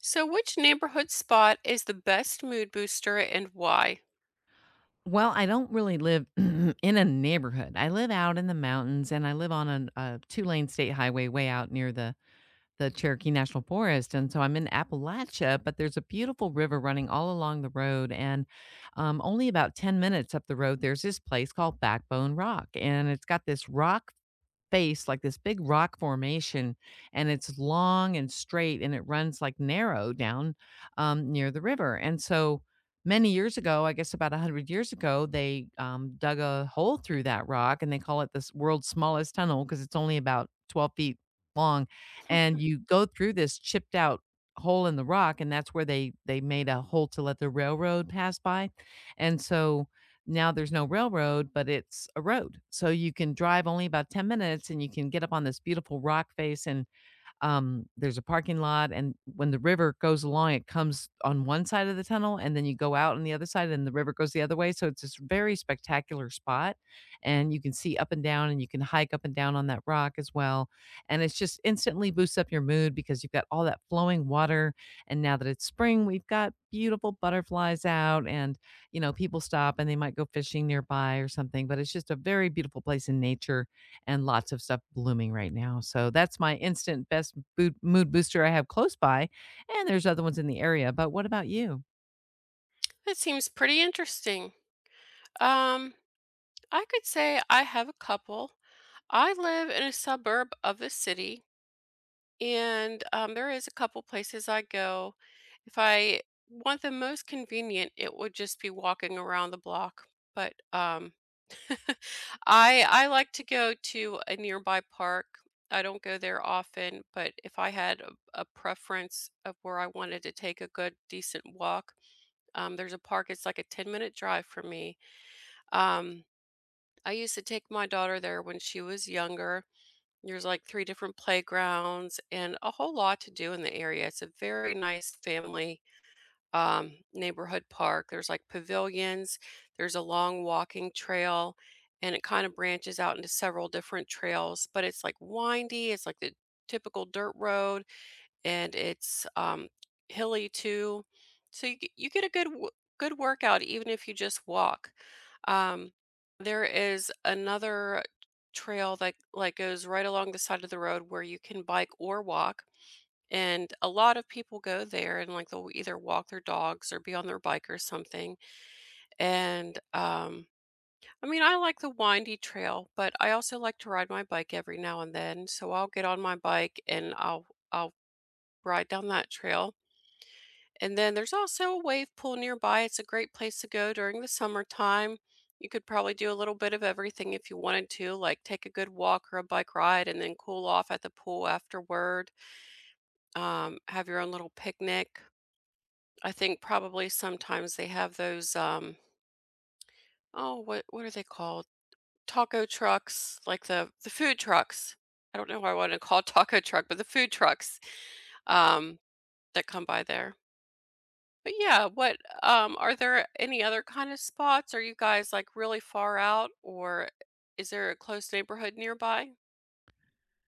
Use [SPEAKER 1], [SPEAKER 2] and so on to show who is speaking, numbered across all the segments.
[SPEAKER 1] Which neighborhood spot is the best mood booster and why?
[SPEAKER 2] Well, I don't really live in a neighborhood. I live out in the mountains and I live on a two-lane state highway way out near the Cherokee National Forest. And so I'm in Appalachia, but there's a beautiful river running all along the road. And only about 10 minutes up the road, there's this place called Backbone Rock. And it's got this rock face, like this big rock formation, and it's long and straight, and it runs like narrow down near the river. And so many years ago, I guess about 100 years ago, they dug a hole through that rock and they call it this world's smallest tunnel because it's only about 12 feet long. And you go through this chipped out hole in the rock and that's where they made a hole to let the railroad pass by, and so now there's no railroad, but it's a road. So you can drive only about 10 minutes and you can get up on this beautiful rock face and there's a parking lot, and when the river goes along, it comes on one side of the tunnel, and then you go out on the other side, and the river goes the other way. So it's this very spectacular spot, and you can see up and down, and you can hike up and down on that rock as well. And it's just instantly boosts up your mood because you've got all that flowing water. And now that it's spring, we've got beautiful butterflies out, and people stop and they might go fishing nearby or something, but it's just a very beautiful place in nature, and lots of stuff blooming right now. So that's my instant best boot, mood booster I have close by, and there's other ones in the area. But what about you?
[SPEAKER 1] That seems pretty interesting. Um, I could say I have a couple. I live in a suburb of the city, and there is a couple places I go. If I want the most convenient, it would just be walking around the block. But I like to go to a nearby park. I don't go there often, but if I had a preference of where I wanted to take a good, decent walk, there's a park. It's like a 10-minute drive from me. Um, I used to take my daughter there when she was younger. There's like three different playgrounds and a whole lot to do in the area. It's a very nice family neighborhood park. There's like pavilions, there's a long walking trail, and it kind of branches out into several different trails, but it's like windy. It's like the typical dirt road and it's hilly too. So you get a good workout even if you just walk. Um, there is another trail that like goes right along the side of the road where you can bike or walk, and a lot of people go there and like they'll either walk their dogs or be on their bike or something. And I mean, I like the windy trail, but I also like to ride my bike every now and then. So I'll get on my bike and I'll ride down that trail. And then there's also a wave pool nearby. It's a great place to go during the summertime. You could probably do a little bit of everything if you wanted to, like take a good walk or a bike ride and then cool off at the pool afterward. Have your own little picnic. I think probably sometimes they have those oh, what are they called? Taco trucks, like the food trucks. I don't know why I want to call it taco truck, but the food trucks um that come by there. But yeah, what are there any other kind of spots? Are you guys like really far out, or is there a close neighborhood nearby?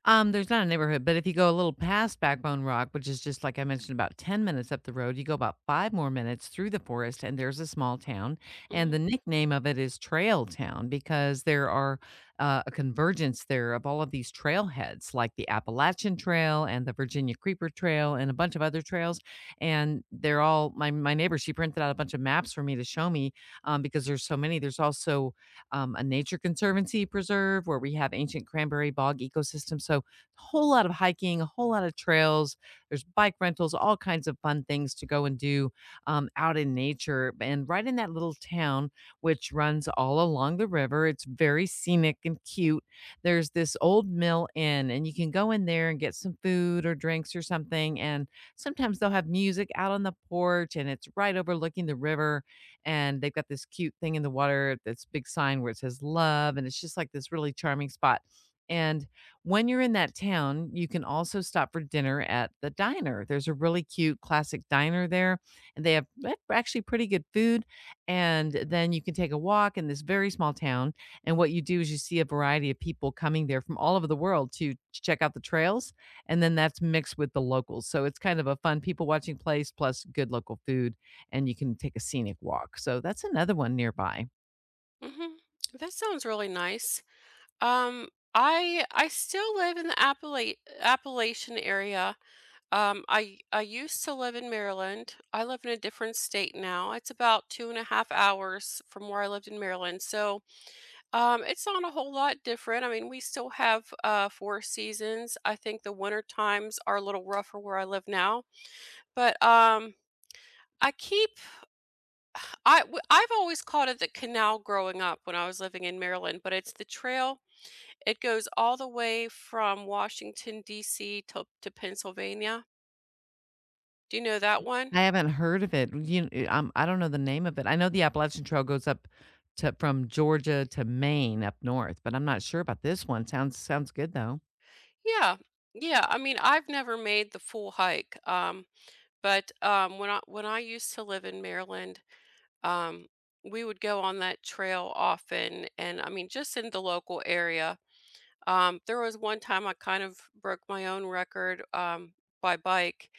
[SPEAKER 2] There's not a neighborhood, but if you go a little past Backbone Rock, which is just like I mentioned, about 10 minutes up the road, you go about 5 more minutes through the forest, and there's a small town. And the
[SPEAKER 1] Mhm.
[SPEAKER 2] nickname of it is Trail Town because there are a convergence there of all of these trailheads, like the Appalachian Trail and the Virginia Creeper Trail, and a bunch of other trails. And they're all my neighbor. She printed out a bunch of maps for me to show me, because there's so many. There's also a nature conservancy preserve where we have ancient cranberry bog ecosystem. So, a whole lot of hiking, a whole lot of trails. There's bike rentals, all kinds of fun things to go and do out in nature. And right in that little town, which runs all along the river, it's very scenic and cute. There's this old mill inn, and you can go in there and get some food or drinks or something. And sometimes they'll have music out on the porch, and it's right overlooking the river, and they've got this cute thing in the water, this big sign where it says love, and it's just like this really charming spot. And when you're in that town, you can also stop for dinner at the diner. There's a really cute classic diner there, and they have actually pretty good food. And then you can take a walk in this very small town. And what you do is you see a variety of people coming there from all over the world to check out the trails. And then that's mixed with the locals. So it's kind of a fun people watching place plus good local food, and you can take a scenic walk. So that's another one nearby.
[SPEAKER 1] Mhm. That sounds really nice. Um I still live in the Appalachian area. I used to live in Maryland. I live in a different state now. It's about two and a half hours from where I lived in Maryland. So it's not a whole lot different. I mean, we still have four seasons. I think the winter times are a little rougher where I live now. But I keep I w- I've always called it the canal growing up when I was living in Maryland, but it's the trail. It goes all the way from Washington D.C. to Pennsylvania. Do you know that one?
[SPEAKER 2] I haven't heard of it. I don't know the name of it. I know the Appalachian Trail goes up to, from Georgia to Maine up north, but I'm not sure about this one. Sounds good though.
[SPEAKER 1] Yeah. Yeah, I mean, I've never made the full hike, but, when I used to live in Maryland, um, we would go on that trail often, and, I mean, just in the local area. There was one time I kind of broke my own record, by bike,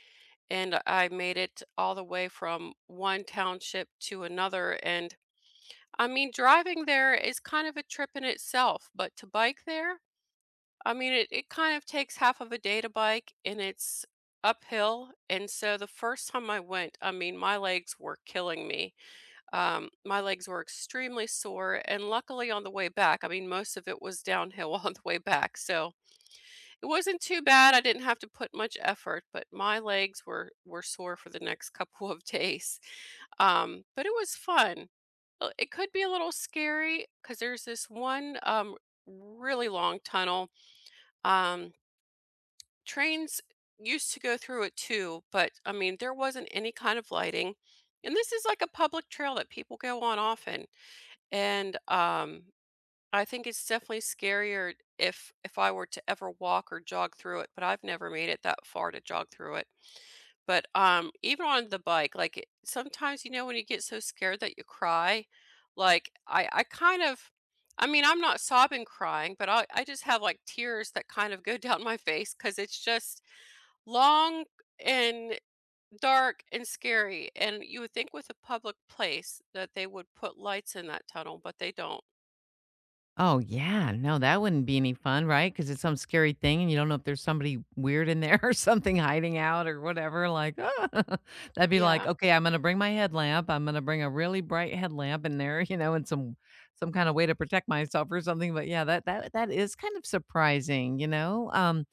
[SPEAKER 1] and I made it all the way from one township to another, and, I mean, driving there is kind of a trip in itself, but to bike there, I mean, it kind of takes half of a day to bike, and it's uphill. And so the first time I went, I mean, my legs were killing me. My legs were extremely sore. And luckily, on the way back, I mean, most of it was downhill on the way back. So it wasn't too bad. I didn't have to put much effort, but my legs were sore for the next couple of days. But it was fun. It could be a little scary because there's this one really long tunnel. Um, trains used to go through it too, but I mean, there wasn't any kind of lighting. And this is like a public trail that people go on often. And I think it's definitely scarier if I were to ever walk or jog through it, but I've never made it that far to jog through it. But even on the bike, like it, sometimes you know when you get so scared that you cry, like I kind of, I mean, I'm not sobbing crying, but I just have like tears that kind of go down my face because it's just long and dark and scary. And you would think with a public place that they would put lights in that tunnel, but they don't.
[SPEAKER 2] Oh, yeah. No, that wouldn't be any fun, right? Because it's some scary thing and you don't know if there's somebody weird in there or something hiding out or whatever, like, ah. That'd be like,
[SPEAKER 1] Yeah.
[SPEAKER 2] "Okay, I'm gonna bring my headlamp, I'm gonna bring a really bright headlamp in there," you know, and some kinda way to protect myself or something, but yeah, that is kind of surprising, you know?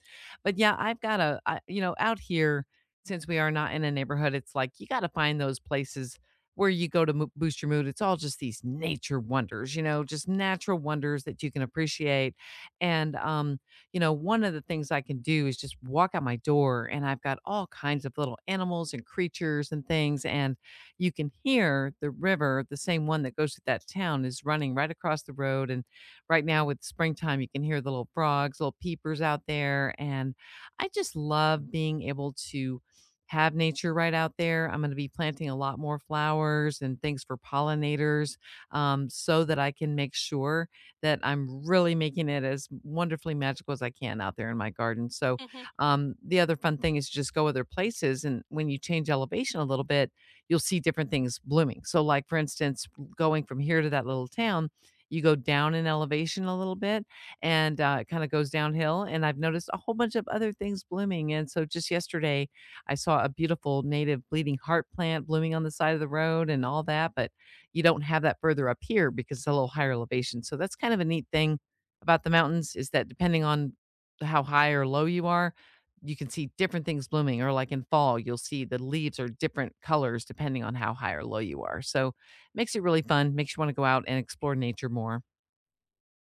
[SPEAKER 2] But yeah, I've got a out here, since we are not in a neighborhood, it's like you gotta find those places where you go to boost your mood. It's all just these nature wonders, you know, just natural wonders that you can appreciate. And, you know, one of the things I can do is just walk out my door, and I've got all kinds of little animals and creatures and things. And you can hear the river, the same one that goes through that town, is running right across the road. And right now with springtime, you can hear the little frogs, little peepers out there. And I just love being able to have nature right out there. I'm going to be planting a lot more flowers and things for pollinators, so that I can make sure that I'm really making it as wonderfully magical as I can out there in my garden. So,
[SPEAKER 1] Hmm.
[SPEAKER 2] the other fun thing is just go other places. And when you change elevation a little bit, you'll see different things blooming. So, like for instance, going from here to that little town, you go down in elevation a little bit, and it kind of goes downhill. And I've noticed a whole bunch of other things blooming. And so, just yesterday, I saw a beautiful native bleeding heart plant blooming on the side of the road and all that, but you don't have that further up here because it's a little higher elevation. So that's kind of a neat thing about the mountains is that depending on how high or low you are, you can see different things blooming, or like in fall you'll see the leaves are different colors depending on how high or low you are. So it makes it really fun, makes you want to go out and explore nature more.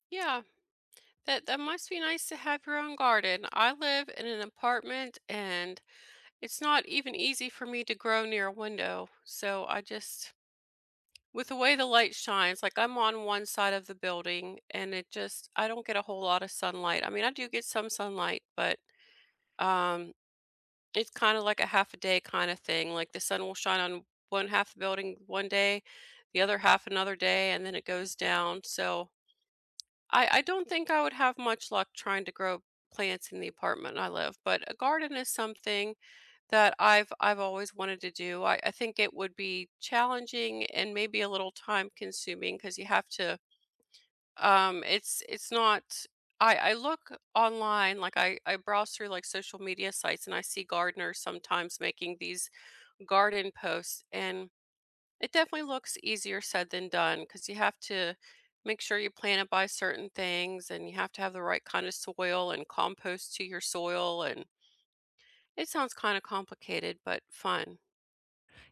[SPEAKER 1] Yeah. That that must be nice to have your own garden. I live in an apartment, and it's not even easy for me to grow near a window. So I just, with the way the light shines, like I'm on one side of the building, and it just, I don't get a whole lot of sunlight. I mean, I do get some sunlight, but um it's kinda like a half a day kinda thing, like, the sun will shine on one half of the building one day, the other half another day, and then it goes down, so I don't think I would have much luck trying to grow plants in the apartment I live, but a garden is something that I've always wanted to do. I think it would be challenging and maybe a little time consuming because you have to, it's not I look online, like, I browse through, like, social media sites, and I see gardeners sometimes making these garden posts, and it definitely looks easier said than done because you have to make sure you plant it by certain things and you have to have the right kind of soil and compost to your soil, and it sounds kind of complicated but fun.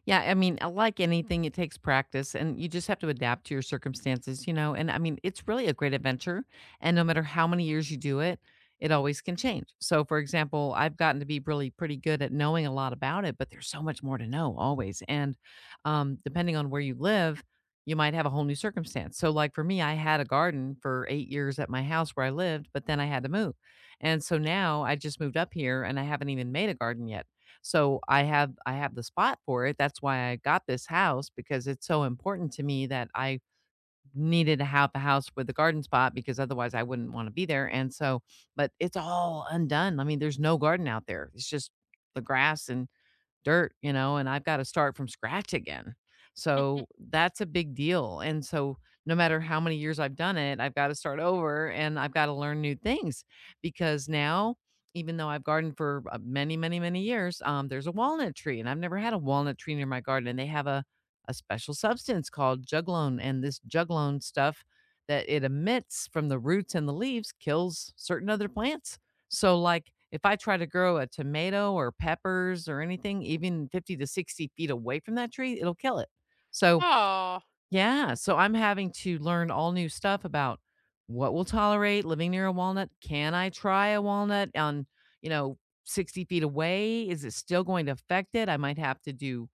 [SPEAKER 2] Yeah, I mean, like anything, it takes practice and you just have to adapt to your circumstances, you know? And I mean, it's really a great adventure. And no matter how many years you do it, it always can change. So, for example, I've gotten to be really pretty good at knowing a lot about it, but there's so much more to know always. And depending on where you live, you might have a whole new circumstance. So, like for me, I had a garden for 8 years at my house where I lived, but then I had to move. And so now I just moved up here and I haven't even made a garden yet. So I have the spot for it. That's why I got this house, because it's so important to me that I needed to have a house with a garden spot, because otherwise I wouldn't want to be there. And so, but it's all undone. I mean, there's no garden out there. It's just the grass and dirt, you know, and I've got to start from scratch again. So that's a big deal. And so no matter how many years I've done it, I've got to start over and I've got to learn new things, because now, even though I've gardened for many, many, many years, there's a walnut tree, and I've never had a walnut tree near my garden. And they have a special substance called juglone, and this juglone stuff that it emits from the roots and the leaves kills certain other plants. So, like, if I try to grow a tomato or peppers or anything, even 50 to 60 feet away from that tree, it'll kill it. So,
[SPEAKER 1] Oh.
[SPEAKER 2] yeah, so I'm having to learn all new stuff about what will tolerate living near a walnut. Can I try a walnut on, you know, 60 feet away? Is it still going to affect it? I might have to do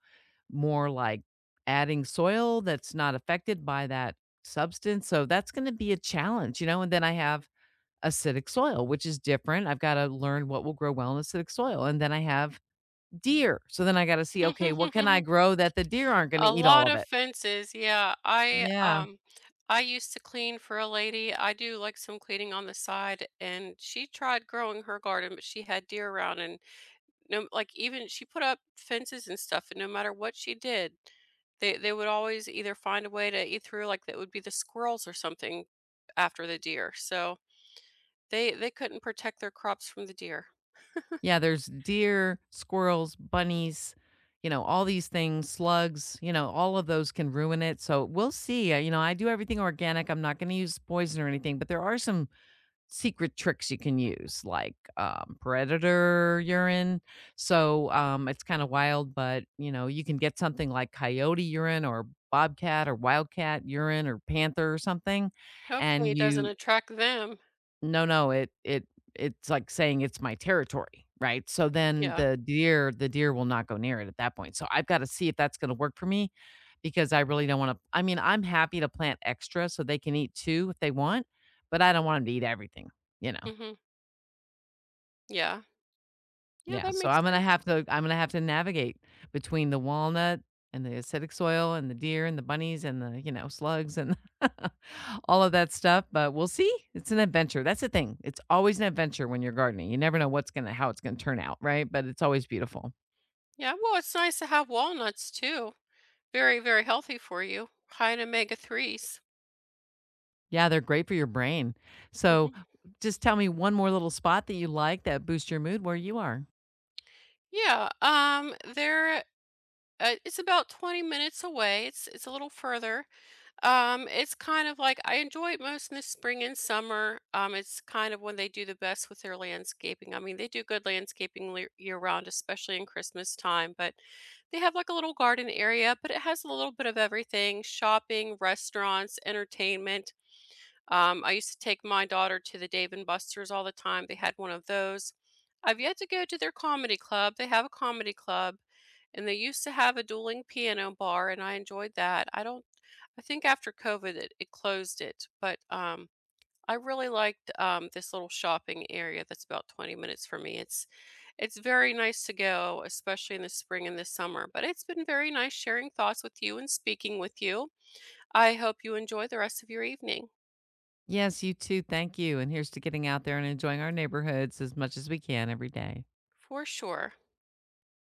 [SPEAKER 2] more like adding soil that's not affected by that substance. So, that's going to be a challenge, you know, and then I have acidic soil, which is different. I've got to learn what will grow well in acidic soil. And then I have deer. So then I got to see, okay, what can I grow that the deer aren't going
[SPEAKER 1] A
[SPEAKER 2] to eat all
[SPEAKER 1] lot
[SPEAKER 2] of
[SPEAKER 1] of
[SPEAKER 2] it?
[SPEAKER 1] fences. Yeah, i
[SPEAKER 2] Yeah.
[SPEAKER 1] um i used to clean for a lady. I do like some cleaning on the side, and she tried growing her garden, but she had deer around, and no, like, even she put up fences and stuff, and no matter what she did, they would always either find a way to eat through, like that would be the squirrels or something after the deer, so they couldn't protect their crops from the deer.
[SPEAKER 2] Yeah. There's deer, squirrels, bunnies, you know, all these things, slugs, you know, all of those can ruin it. So we'll see. You know, I do everything organic. I'm not going to use poison or anything, but there are some secret tricks you can use like, predator urine. So, it's kinda wild, but, you know, you can get something like coyote urine or bobcat or wildcat urine or panther or something,
[SPEAKER 1] Hopefully
[SPEAKER 2] and
[SPEAKER 1] it doesn't
[SPEAKER 2] you
[SPEAKER 1] attract them.
[SPEAKER 2] no, no, it it's like saying it's my territory, right? So then
[SPEAKER 1] Yeah.
[SPEAKER 2] the deer will not go near it at that point. So I've gotta see if that's gonna work for me, because I really don't wanna, I mean, I'm happy to plant extra so they can eat too if they want, but I don't want them to eat everything, you know?
[SPEAKER 1] Hmm. Yeah. Yeah,
[SPEAKER 2] Yeah,
[SPEAKER 1] that
[SPEAKER 2] so
[SPEAKER 1] makes
[SPEAKER 2] I'm gonna
[SPEAKER 1] sense.
[SPEAKER 2] have to navigate between the walnut and the acidic soil and the deer and the bunnies and the, you know, slugs and all of that stuff, but we'll see. It's an adventure. That's the thing. It's always an adventure when you're gardening. You never know what's gonna how it's gonna turn out, right? But it's always beautiful.
[SPEAKER 1] Yeah, well, it's nice to have walnuts too. Very, very healthy for you, high in omega 3s.
[SPEAKER 2] Yeah, they're great for your brain. So
[SPEAKER 1] Hmm.
[SPEAKER 2] just tell me one more little spot that you like that boosts your mood where you are.
[SPEAKER 1] Yeah, they're it's about 20 minutes away, it's a little further. It's kind of like I enjoy it most in the spring and summer. It's kind of when they do the best with their landscaping. I mean, they do good landscaping year round, especially in Christmas time, but they have like a little garden area, but it has a little bit of everything: shopping, restaurants, entertainment. I used to take my daughter to the Dave and Buster's all the time. They had one of those. I've yet to go to their comedy club. They have a comedy club, and they used to have a dueling piano bar, and I enjoyed that. I don't I think after COVID it, it closed it, but I really liked, this little shopping area that's about 20 minutes from me. It's very nice to go, especially in the spring and the summer. But it's been very nice sharing thoughts with you and speaking with you. I hope you enjoy the rest of your evening.
[SPEAKER 2] Yes, you too. Thank you. And here's to getting out there and enjoying our neighborhoods as much as we can every day.
[SPEAKER 1] For sure.